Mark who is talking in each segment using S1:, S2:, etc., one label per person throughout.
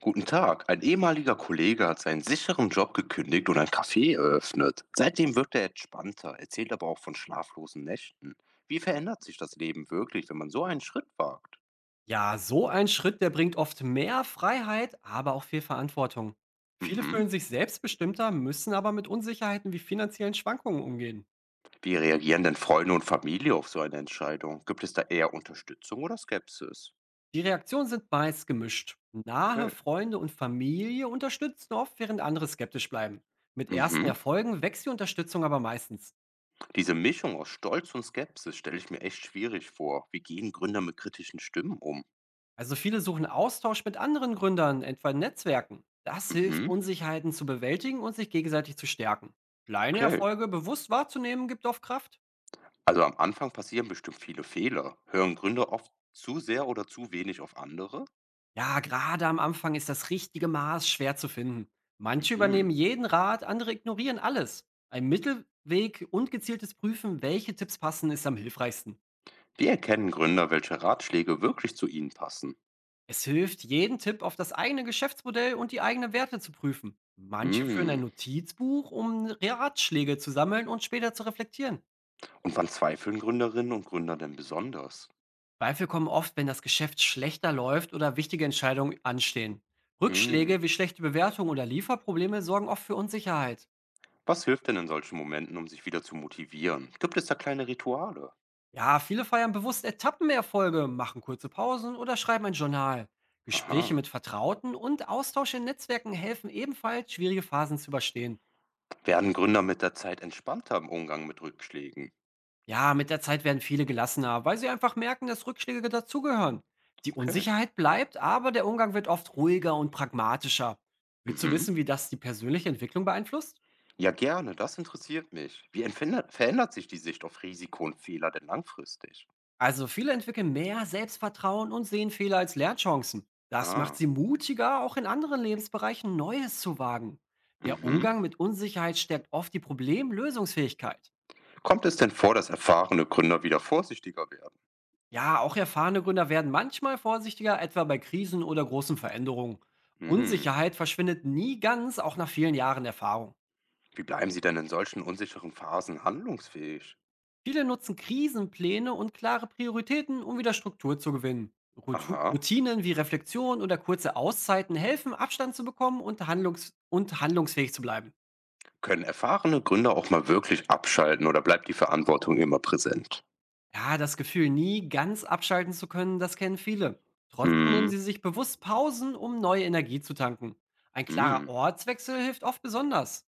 S1: Guten Tag. Ein ehemaliger Kollege hat seinen sicheren Job gekündigt und ein Café eröffnet. Seitdem wirkt er entspannter, erzählt aber auch von schlaflosen Nächten. Wie verändert sich das Leben wirklich, wenn man so einen Schritt wagt?
S2: Ja, so ein Schritt, der bringt oft mehr Freiheit, aber auch viel Verantwortung. Viele
S1: Mhm.
S2: fühlen sich selbstbestimmter, müssen aber mit Unsicherheiten wie finanziellen Schwankungen umgehen.
S1: Wie reagieren denn Freunde und Familie auf so eine Entscheidung? Gibt es da eher Unterstützung oder Skepsis?
S2: Die Reaktionen sind meist gemischt. Nahe
S1: Okay.
S2: Freunde und Familie unterstützen oft, während andere skeptisch bleiben. Mit ersten
S1: Mhm.
S2: Erfolgen wächst die Unterstützung aber meistens.
S1: Diese Mischung aus Stolz und Skepsis stelle ich mir echt schwierig vor. Wie gehen Gründer mit kritischen Stimmen um?
S2: Also viele suchen Austausch mit anderen Gründern, etwa in Netzwerken. Das hilft,
S1: Mhm.
S2: Unsicherheiten zu bewältigen und sich gegenseitig zu stärken. Kleine
S1: Okay.
S2: Erfolge bewusst wahrzunehmen, gibt oft Kraft.
S1: Also am Anfang passieren bestimmt viele Fehler. Hören Gründer oft zu sehr oder zu wenig auf andere?
S2: Ja, gerade am Anfang ist das richtige Maß schwer zu finden. Manche
S1: Mhm.
S2: übernehmen jeden Rat, andere ignorieren alles. Ein Mittelweg und gezieltes Prüfen, welche Tipps passen, ist am hilfreichsten.
S1: Wie erkennen Gründer, welche Ratschläge wirklich zu ihnen passen?
S2: Es hilft, jeden Tipp auf das eigene Geschäftsmodell und die eigenen Werte zu prüfen. Manche führen ein
S1: Mhm.
S2: Notizbuch, um Ratschläge zu sammeln und später zu reflektieren.
S1: Und wann zweifeln Gründerinnen und Gründer denn besonders?
S2: Zweifel kommen oft, wenn das Geschäft schlechter läuft oder wichtige Entscheidungen anstehen.
S1: Mhm.
S2: Rückschläge wie schlechte Bewertungen oder Lieferprobleme sorgen oft für Unsicherheit.
S1: Was hilft denn in solchen Momenten, um sich wieder zu motivieren? Gibt es da kleine Rituale?
S2: Ja, viele feiern bewusst Etappenerfolge, machen kurze Pausen oder schreiben ein Journal. Gespräche
S1: Aha.
S2: mit Vertrauten und Austausch in Netzwerken helfen ebenfalls, schwierige Phasen zu überstehen.
S1: Werden Gründer mit der Zeit entspannter im Umgang mit Rückschlägen?
S2: Ja, mit der Zeit werden viele gelassener, weil sie einfach merken, dass Rückschläge dazugehören. Die
S1: Okay.
S2: Unsicherheit bleibt, aber der Umgang wird oft ruhiger und pragmatischer. Willst du
S1: Mhm.
S2: wissen, wie das die persönliche Entwicklung beeinflusst?
S1: Ja, gerne, das interessiert mich. Wie verändert sich die Sicht auf Risiko und Fehler denn langfristig?
S2: Also viele entwickeln mehr Selbstvertrauen und sehen Fehler als Lernchancen. Das macht
S1: Ah.
S2: sie mutiger, auch in anderen Lebensbereichen Neues zu wagen. Der
S1: Mhm.
S2: Umgang mit Unsicherheit stärkt oft die Problemlösungsfähigkeit.
S1: Kommt es denn vor, dass erfahrene Gründer wieder vorsichtiger werden?
S2: Ja, auch erfahrene Gründer werden manchmal vorsichtiger, etwa bei Krisen oder großen Veränderungen.
S1: Hm.
S2: Unsicherheit verschwindet nie ganz, auch nach vielen Jahren Erfahrung.
S1: Wie bleiben sie denn in solchen unsicheren Phasen handlungsfähig?
S2: Viele nutzen Krisenpläne und klare Prioritäten, um wieder Struktur zu gewinnen.
S1: Aha.
S2: Routinen wie Reflexion oder kurze Auszeiten helfen, Abstand zu bekommen und, handlungs und handlungsfähig zu bleiben.
S1: Können erfahrene Gründer auch mal wirklich abschalten oder bleibt die Verantwortung immer präsent?
S2: Ja, das Gefühl, nie ganz abschalten zu können, das kennen viele. Trotzdem nehmen
S1: Hm.
S2: sie sich bewusst Pausen, um neue Energie zu tanken. Ein klarer
S1: Hm.
S2: Ortswechsel hilft oft besonders.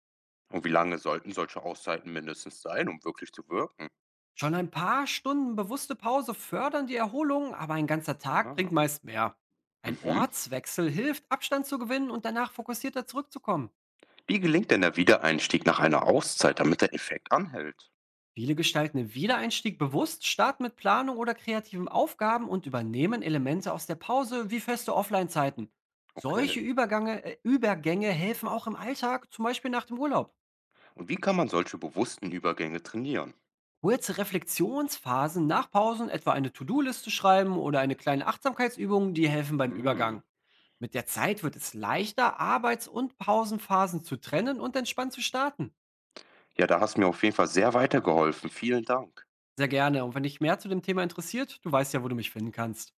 S1: Und wie lange sollten solche Auszeiten mindestens sein, um wirklich zu wirken?
S2: Schon ein paar Stunden bewusste Pause fördern die Erholung, aber ein ganzer Tag
S1: Aha.
S2: bringt meist mehr. Ein
S1: Mhm.
S2: Ortswechsel hilft, Abstand zu gewinnen und danach fokussierter zurückzukommen.
S1: Wie gelingt denn der Wiedereinstieg nach einer Auszeit, damit der Effekt anhält?
S2: Viele gestalten den Wiedereinstieg bewusst, starten mit Planung oder kreativen Aufgaben und übernehmen Elemente aus der Pause wie feste Offline-Zeiten.
S1: Okay.
S2: Solche Übergänge helfen auch im Alltag, zum Beispiel nach dem Urlaub.
S1: Und wie kann man solche bewussten Übergänge trainieren?
S2: Kurze Reflexionsphasen nach Pausen, etwa eine To-Do-Liste schreiben oder eine kleine Achtsamkeitsübung, die helfen beim
S1: Hm.
S2: Übergang. Mit der Zeit wird es leichter, Arbeits- und Pausenphasen zu trennen und entspannt zu starten.
S1: Ja, da hast du mir auf jeden Fall sehr weitergeholfen. Vielen Dank.
S2: Sehr gerne. Und wenn dich mehr zu dem Thema interessiert, du weißt ja, wo du mich finden kannst.